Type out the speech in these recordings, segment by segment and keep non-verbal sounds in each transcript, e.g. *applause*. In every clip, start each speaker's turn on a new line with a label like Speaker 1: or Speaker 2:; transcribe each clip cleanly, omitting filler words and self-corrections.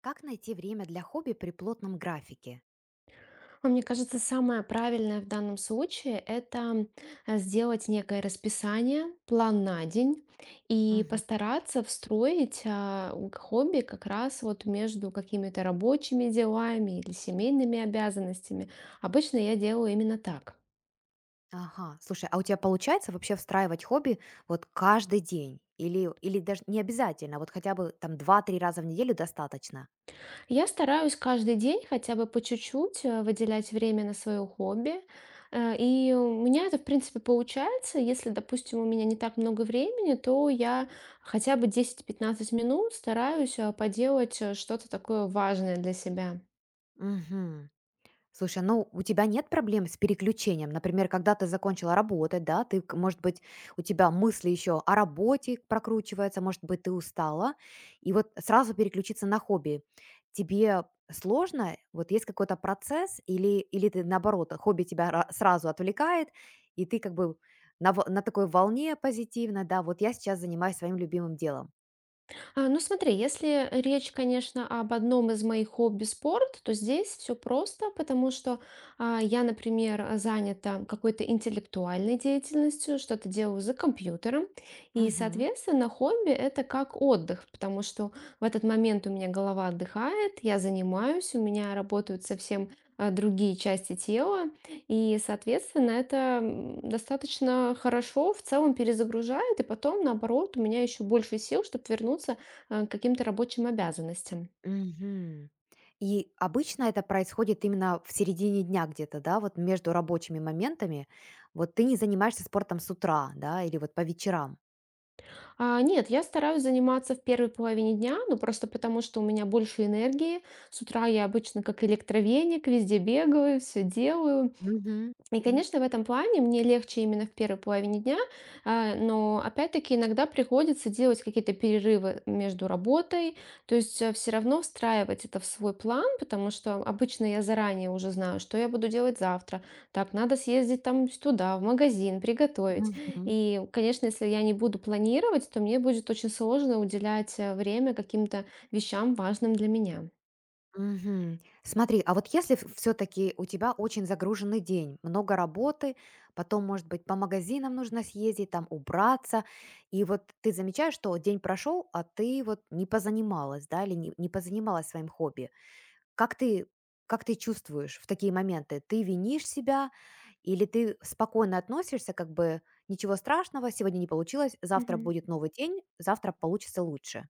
Speaker 1: Как найти время для хобби при плотном графике?
Speaker 2: Мне кажется, самое правильное в данном случае — это сделать некое расписание, план на день и
Speaker 1: Мгм.
Speaker 2: постараться встроить хобби как раз вот между какими-то рабочими делами или семейными обязанностями. Обычно я делаю именно так.
Speaker 1: Ага, слушай, а у тебя получается вообще встраивать хобби вот каждый день? Или даже не обязательно, вот хотя бы там два-три раза в неделю достаточно?
Speaker 2: Я стараюсь каждый день хотя бы по чуть-чуть выделять время на свое хобби. И у меня это, в принципе, получается. Если, допустим, у меня не так много времени, то я хотя бы 10-15 минут стараюсь поделать что-то такое важное для себя.
Speaker 1: Мгм. Слушай, ну у тебя нет проблем с переключением? Например, когда ты закончила работать, да, ты, может быть, у тебя мысли еще о работе прокручиваются, может быть, ты устала, и вот сразу переключиться на хобби. Тебе сложно? Вот есть какой-то процесс или ты, наоборот, хобби тебя сразу отвлекает, и ты как бы на такой волне позитивно, да, вот я сейчас занимаюсь своим любимым делом.
Speaker 2: Ну смотри, если речь, конечно, об одном из моих хобби спорт, то здесь все просто, потому что я, например, занята какой-то интеллектуальной деятельностью, что-то делаю за компьютером, и, соответственно, хобби это как отдых, потому что в этот момент у меня голова отдыхает, я занимаюсь, у меня работают совсем другие части тела, и, соответственно, это достаточно хорошо в целом перезагружает, и потом, наоборот, у меня еще больше сил, чтобы вернуться каким-то рабочим обязанностям.
Speaker 1: Мгм. И обычно это происходит именно в середине дня где-то, да, вот между рабочими моментами. Вот ты не занимаешься спортом с утра, да, или вот по вечерам.
Speaker 2: А, нет, я стараюсь заниматься в первой половине дня, ну просто потому, что у меня больше энергии. С утра я обычно как электровеник, везде бегаю, все делаю.
Speaker 1: Мгм.
Speaker 2: И,
Speaker 1: М.
Speaker 2: конечно, в этом плане мне легче именно в первой половине дня, но опять-таки иногда приходится делать какие-то перерывы между работой, то есть все равно встраивать это в свой план, потому что обычно я заранее уже знаю, что я буду делать завтра. Так, надо съездить там туда, в магазин, приготовить.
Speaker 1: Мгм.
Speaker 2: И, конечно, если я не буду планировать, то мне будет очень сложно уделять время каким-то вещам важным для меня.
Speaker 1: Мгм. Смотри, а вот если все-таки у тебя очень загруженный день, много работы, потом, может быть, по магазинам нужно съездить, там убраться, и вот ты замечаешь, что день прошел, а ты вот не позанималась, да, или не позанималась своим хобби. Как ты как ты чувствуешь в такие моменты? Ты винишь себя или ты спокойно относишься, как бы ничего страшного, сегодня не получилось, завтра
Speaker 2: Мгм.
Speaker 1: будет новый день, завтра получится лучше?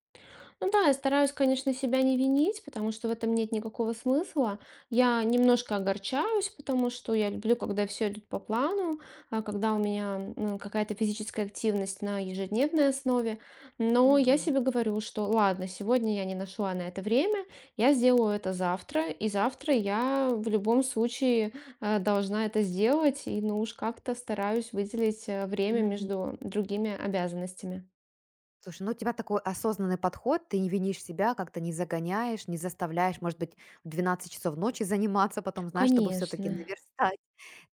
Speaker 2: Ну да, я стараюсь, конечно, себя не винить, потому что в этом нет никакого смысла. Я немножко огорчаюсь, потому что я люблю, когда все идет по плану, а когда у меня какая-то физическая активность на ежедневной основе. Но я
Speaker 1: Мгм.
Speaker 2: себе говорю, что ладно, сегодня я не нашла на это время, я сделаю это завтра, и завтра я в любом случае должна это сделать, и ну уж как-то стараюсь выделить время
Speaker 1: Мгм.
Speaker 2: между другими обязанностями.
Speaker 1: Слушай, ну у тебя такой осознанный подход, ты не винишь себя, как-то не загоняешь, не заставляешь, может быть, в 12 часов ночи заниматься потом, знаешь, чтобы все-таки
Speaker 2: Конечно.
Speaker 1: наверстать.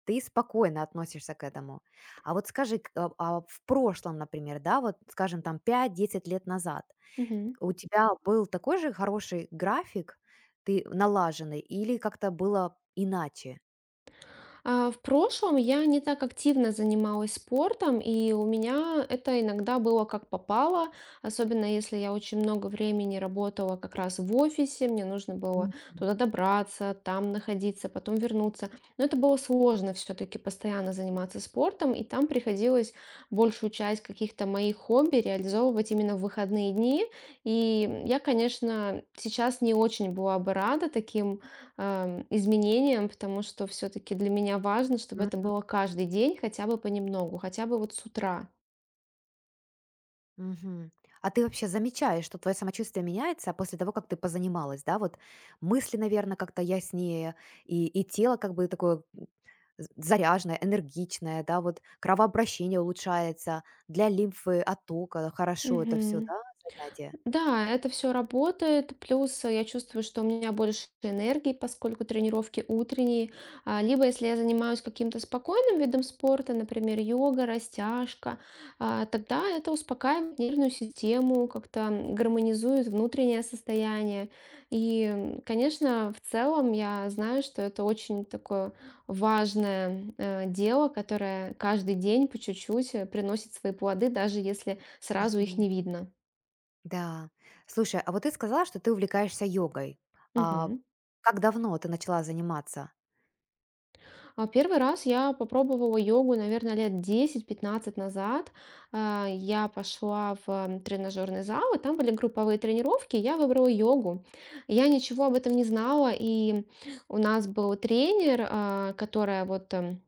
Speaker 1: Ты спокойно относишься к этому. А вот скажи, а в прошлом, например, да, вот скажем там 5-10 лет назад,
Speaker 2: Мгм.
Speaker 1: у тебя был такой же хороший график, ты налаженный, или как-то было иначе?
Speaker 2: В прошлом я не так активно занималась спортом, и у меня это иногда было как попало, особенно если я очень много времени работала как раз в офисе, мне нужно было
Speaker 1: М,
Speaker 2: туда добраться, там находиться, потом вернуться. Но это было сложно все-таки постоянно заниматься спортом, и там приходилось большую часть каких-то моих хобби реализовывать именно в выходные дни. И я, конечно, сейчас не очень была бы рада таким изменениям, потому что все-таки для меня важно, чтобы это
Speaker 1: мгм.
Speaker 2: было каждый день хотя бы понемногу, хотя бы вот с утра.
Speaker 1: Мгм. А ты вообще замечаешь, что твое самочувствие меняется после того, как ты позанималась, да? Вот мысли, наверное, как-то яснее, и тело как бы такое заряженное, энергичное, да, вот кровообращение улучшается, для лимфы оттока хорошо это все,
Speaker 2: Мгм.
Speaker 1: да, занятие?
Speaker 2: Да, это все работает. Плюс я чувствую, что у меня больше энергии, поскольку тренировки утренние. Либо если я занимаюсь каким-то спокойным видом спорта, например, йога, растяжка, тогда это успокаивает нервную систему, как-то гармонизует внутреннее состояние. И, конечно, в целом я знаю, что это очень такое важное дело, которое каждый день по чуть-чуть приносит свои плоды, даже если сразу их не видно.
Speaker 1: Да. Слушай, а вот ты сказала, что ты увлекаешься йогой. А
Speaker 2: Мгм.
Speaker 1: как давно ты начала заниматься?
Speaker 2: Первый раз я попробовала йогу, наверное, лет 10-15 назад. Я пошла в тренажерный зал, и там были групповые тренировки, я выбрала йогу. Я ничего об этом не знала, и у нас был тренер, которая вот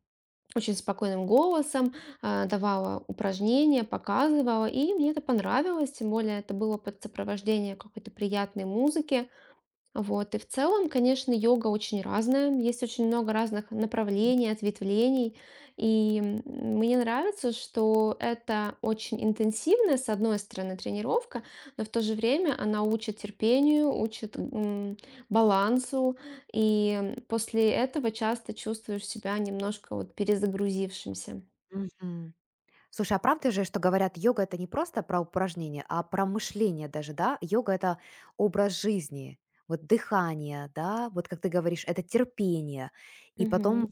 Speaker 2: очень спокойным голосом давала упражнения, показывала, и мне это понравилось, тем более это было под сопровождение какой-то приятной музыки. Вот. И в целом, конечно, йога очень разная. Есть очень много разных направлений, ответвлений. И мне нравится, что это очень интенсивная, с одной стороны, тренировка, но в то же время она учит терпению, учит балансу. И после этого часто чувствуешь себя немножко вот перезагрузившимся.
Speaker 1: Мгм. Слушай, а правда же, что говорят, йога это не просто про упражнение, а про мышление даже, да? Йога это образ жизни, вот дыхание, да, вот как ты говоришь, это терпение. И потом
Speaker 2: Мгм.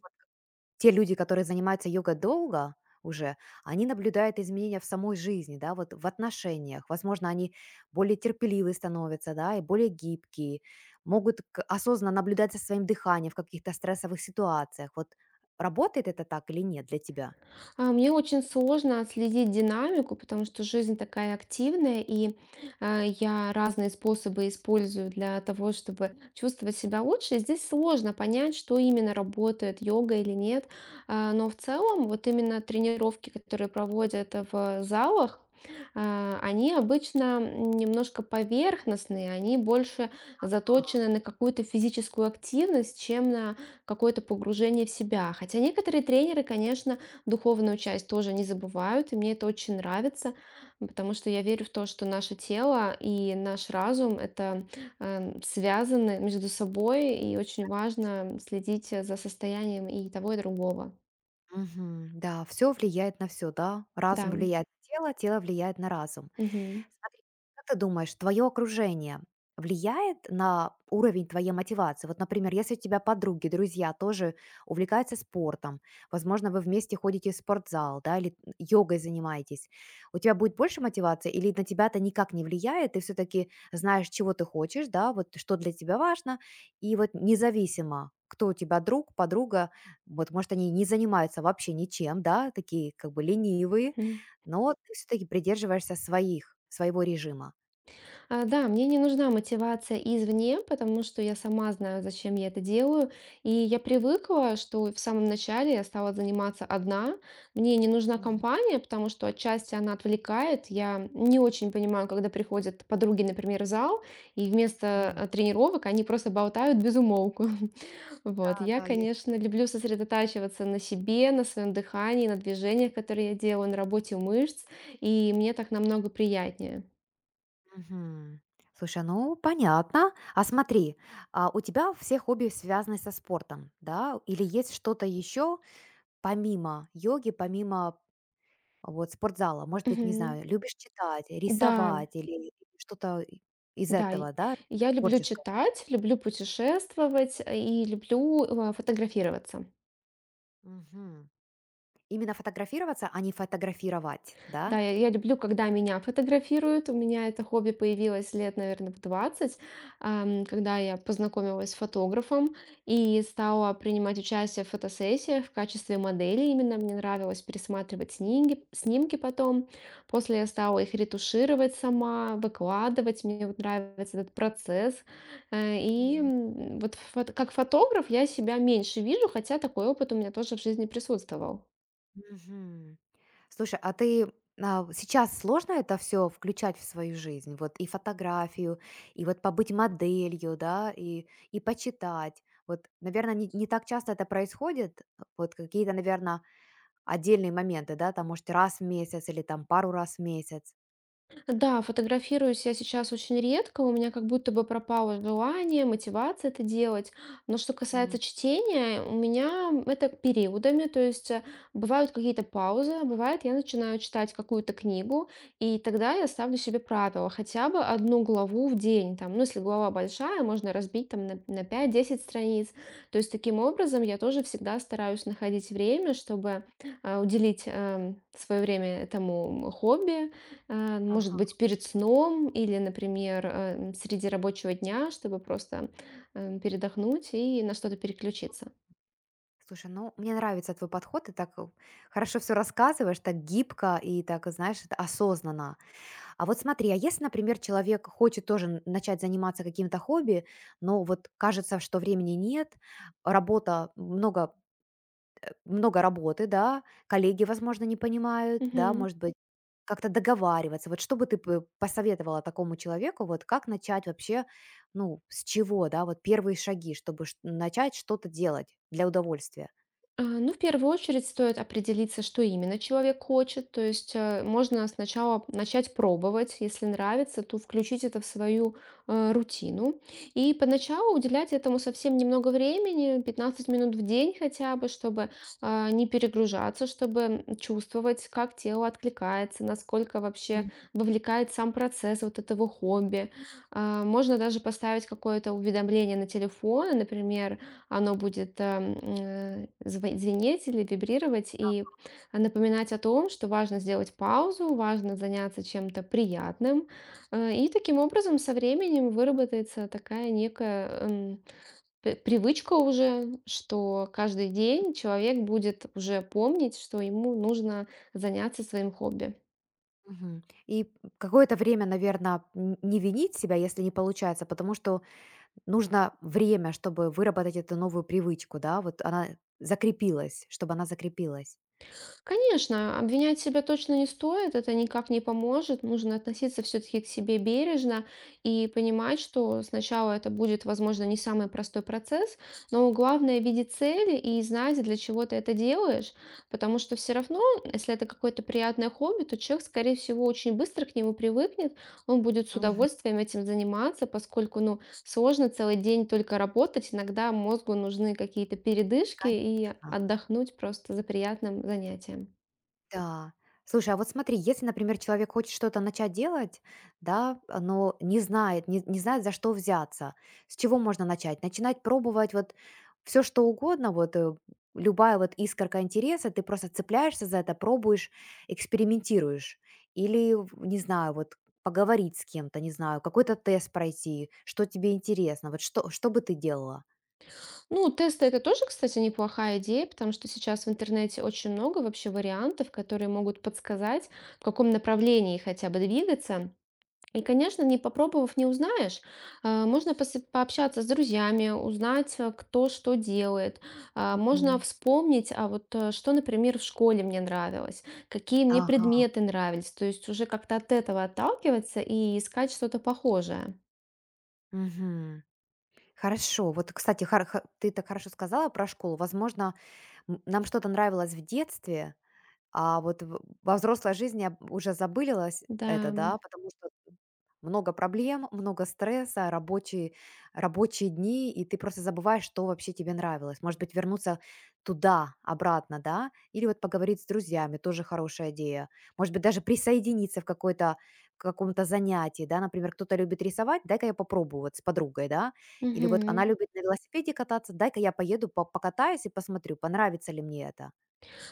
Speaker 1: те люди, которые занимаются йогой долго уже, они наблюдают изменения в самой жизни, да, вот в отношениях. Возможно, они более терпеливые становятся, да, и более гибкие, могут осознанно наблюдать за своим дыханием в каких-то стрессовых ситуациях. Вот работает это так или нет для тебя?
Speaker 2: Мне очень сложно отследить динамику, потому что жизнь такая активная, и, я разные способы использую для того, чтобы чувствовать себя лучше. И здесь сложно понять, что именно работает, йога или нет. Но в целом вот именно тренировки, которые проводят в залах, они обычно немножко поверхностные, они больше
Speaker 1: А,
Speaker 2: заточены на какую-то физическую активность, чем на какое-то погружение в себя. Хотя некоторые тренеры, конечно, духовную часть тоже не забывают, и мне это очень нравится, потому что я верю в то, что наше тело и наш разум это связаны между собой, и очень важно следить за состоянием и того, и другого.
Speaker 1: Мгм. Да, все влияет на все, да. Разум
Speaker 2: Да.
Speaker 1: влияет на тело, тело влияет на разум.
Speaker 2: Мгм.
Speaker 1: Смотри, как ты думаешь, твое окружение влияет на уровень твоей мотивации? Вот, например, если у тебя подруги, друзья тоже увлекаются спортом, возможно, вы вместе ходите в спортзал, да, или йогой занимаетесь, у тебя будет больше мотивации, или на тебя это никак не влияет, ты все-таки знаешь, чего ты хочешь, да, вот что для тебя важно, и вот независимо, кто у тебя друг, подруга, вот, может, они не занимаются вообще ничем, да, такие как бы ленивые,
Speaker 2: Мгм.
Speaker 1: но вот ты все таки придерживаешься своих своего режима.
Speaker 2: Да, мне не нужна мотивация извне, потому что я сама знаю, зачем я это делаю. И я привыкла, что в самом начале я стала заниматься одна. Мне не нужна
Speaker 1: Мгм,
Speaker 2: компания, потому что отчасти она отвлекает. Я не очень понимаю, когда приходят подруги, например, в зал, и вместо
Speaker 1: м.
Speaker 2: тренировок они просто болтают без умолку. *laughs*
Speaker 1: Да,
Speaker 2: Вот. Я,
Speaker 1: да, есть.
Speaker 2: конечно, люблю сосредотачиваться на себе, на своем дыхании, на движениях, которые я делаю, на работе мышц, и мне так намного приятнее.
Speaker 1: Мгм. Слушай, ну понятно. А смотри, а у тебя все хобби связаны со спортом, да? Или есть что-то еще помимо йоги, помимо вот спортзала? Может быть, не
Speaker 2: Мгм.
Speaker 1: знаю, любишь читать,
Speaker 2: Да.
Speaker 1: рисовать или что-то и из
Speaker 2: Да, и
Speaker 1: этого, да,
Speaker 2: я люблю
Speaker 1: творческого?
Speaker 2: читать, люблю путешествовать, и люблю, фотографироваться.
Speaker 1: Мгм. Именно фотографироваться, а не фотографировать, да?
Speaker 2: Да, я люблю, когда меня фотографируют. У меня это хобби появилось лет, наверное, в 20, когда я познакомилась с фотографом и стала принимать участие в фотосессиях в качестве модели. Именно мне нравилось пересматривать снимки, снимки потом. После я стала их ретушировать сама, выкладывать. Мне вот нравится этот процесс. Как фотограф я себя меньше вижу, хотя такой опыт у меня тоже в жизни присутствовал.
Speaker 1: Мгм. Слушай, а ты сейчас сложно это все включать в свою жизнь? Вот и фотографию, и вот побыть моделью, да, и почитать. Вот, наверное, не так часто это происходит. Вот какие-то, наверное, отдельные моменты, да, там, может, раз в месяц или там пару раз в месяц.
Speaker 2: Да, фотографируюсь я сейчас очень редко, у меня как будто бы пропало желание, мотивация это делать. Но что
Speaker 1: М,
Speaker 2: касается чтения, у меня это периодами, то есть бывают какие-то паузы, а бывает я начинаю читать какую-то книгу, и тогда я ставлю себе правило, хотя бы одну главу в день, там, ну, если глава большая, можно разбить там на 5-10 страниц. То есть таким образом я тоже всегда стараюсь находить время, чтобы уделить свое время этому хобби. Может
Speaker 1: Ага.
Speaker 2: быть, перед сном или, например, среди рабочего дня, чтобы просто, передохнуть и на что-то переключиться.
Speaker 1: Слушай, ну, мне нравится твой подход, ты так хорошо все рассказываешь, так гибко и так, знаешь, это осознанно. А вот смотри, а если, например, человек хочет тоже начать заниматься каким-то хобби, но вот кажется, что времени нет, работа, много, много работы, да, коллеги, возможно, не понимают, да, может быть, как-то договариваться. Вот что бы ты посоветовала такому человеку, вот как начать вообще, ну, с чего, да, вот первые шаги, чтобы начать что-то делать для удовольствия?
Speaker 2: Ну, в первую очередь стоит определиться, что именно человек хочет. То есть можно сначала начать пробовать. Если нравится, то включить это в свою рутину. И поначалу уделять этому совсем немного времени, 15 минут в день хотя бы, чтобы не перегружаться, чтобы чувствовать, как тело откликается, насколько вообще
Speaker 1: М,
Speaker 2: вовлекает сам процесс вот этого хобби. Можно даже поставить какое-то уведомление на телефон, например, оно будет звенеть или вибрировать и напоминать о том, что важно сделать паузу, важно заняться чем-то приятным. И таким образом со временем выработается такая некая привычка уже, что каждый день человек будет уже помнить, что ему нужно заняться своим хобби.
Speaker 1: мгм. И какое-то время, наверное, не винить себя, если не получается, потому что нужно время, чтобы выработать эту новую привычку, да, вот она закрепилась, чтобы она закрепилась.
Speaker 2: Конечно, обвинять себя точно не стоит, это никак не поможет. Нужно относиться все-таки к себе бережно и понимать, что сначала это будет, возможно, не самый простой процесс, но главное видеть цели и знать, для чего ты это делаешь, потому что все равно, если это какое-то приятное хобби, то человек, скорее всего, очень быстро к нему привыкнет, он будет с
Speaker 1: Мгм.
Speaker 2: удовольствием этим заниматься, поскольку, ну, сложно целый день только работать, иногда мозгу нужны какие-то передышки и
Speaker 1: Конечно.
Speaker 2: отдохнуть просто за приятным занятием.
Speaker 1: Да. Слушай, а вот смотри, если, например, человек хочет что-то начать делать, да, но не знает, не знает, за что взяться, с чего можно начать? Начинать пробовать вот все что угодно, вот любая вот искорка интереса, ты просто цепляешься за это, пробуешь, экспериментируешь. Или, не знаю, вот поговорить с кем-то, не знаю, какой-то тест пройти, что тебе интересно, вот что бы ты делала?
Speaker 2: Ну, тесты это тоже, кстати, неплохая идея, потому что сейчас в интернете очень много вообще вариантов, которые могут подсказать, в каком направлении хотя бы двигаться. И, конечно, не попробовав, не узнаешь. Можно пообщаться с друзьями, узнать, кто что делает. Можно
Speaker 1: Мгм.
Speaker 2: вспомнить, а вот что, например, в школе мне нравилось, какие мне
Speaker 1: Ага.
Speaker 2: предметы нравились. То есть уже как-то от этого отталкиваться и искать что-то похожее.
Speaker 1: Мгм. Хорошо. Вот, кстати, ты так хорошо сказала про школу. Возможно, нам что-то нравилось в детстве, а вот во взрослой жизни уже забылилось
Speaker 2: Да.
Speaker 1: это, да, потому что много проблем, много стресса, рабочие дни, и ты просто забываешь, что вообще тебе нравилось. Может быть, вернуться туда, обратно, да? Или вот поговорить с друзьями, тоже хорошая идея. Может быть, даже присоединиться в какой-то к какому-то занятии, да, например, кто-то любит рисовать, дай-ка я попробую вот с подругой, да, или вот она
Speaker 2: Мгм.
Speaker 1: любит на велосипеде кататься, дай-ка я поеду, покатаюсь и посмотрю, понравится ли мне это.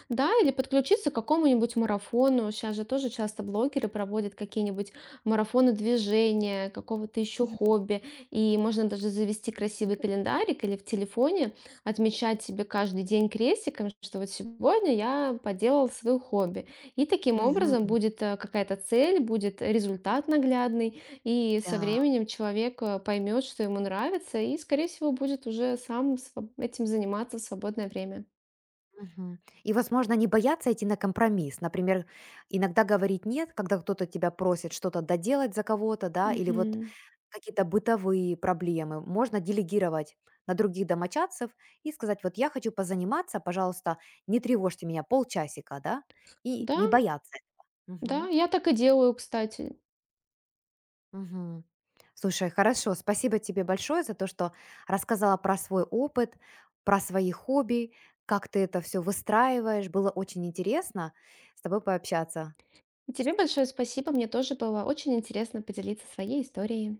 Speaker 2: Да, или подключиться к какому-нибудь марафону. Сейчас же тоже часто блогеры проводят какие-нибудь марафоны движения, какого-то еще хобби. И можно даже завести красивый календарик или в телефоне отмечать себе каждый день крестиком, что вот сегодня я поделал свое хобби. И таким
Speaker 1: Мгм.
Speaker 2: образом будет какая-то цель, будет результат наглядный, и со
Speaker 1: Да.
Speaker 2: временем человек поймет, что ему нравится, и, скорее всего, будет уже сам этим заниматься в свободное время.
Speaker 1: Мгм. И, возможно, не бояться идти на компромисс. Например, иногда говорить нет, когда кто-то тебя просит что-то доделать за кого-то, да, или вот
Speaker 2: Мгм.
Speaker 1: какие-то бытовые проблемы. Можно делегировать на других домочадцев и сказать, вот я хочу позаниматься, пожалуйста, не тревожьте меня полчасика, да, и
Speaker 2: Да.
Speaker 1: не бояться этого.
Speaker 2: Да, я так и делаю, кстати.
Speaker 1: Мгм. Слушай, хорошо. Спасибо тебе большое за то, что рассказала про свой опыт, про свои хобби, как ты это все выстраиваешь. Было очень интересно с тобой пообщаться.
Speaker 2: Тебе большое спасибо, мне тоже было очень интересно поделиться своей историей.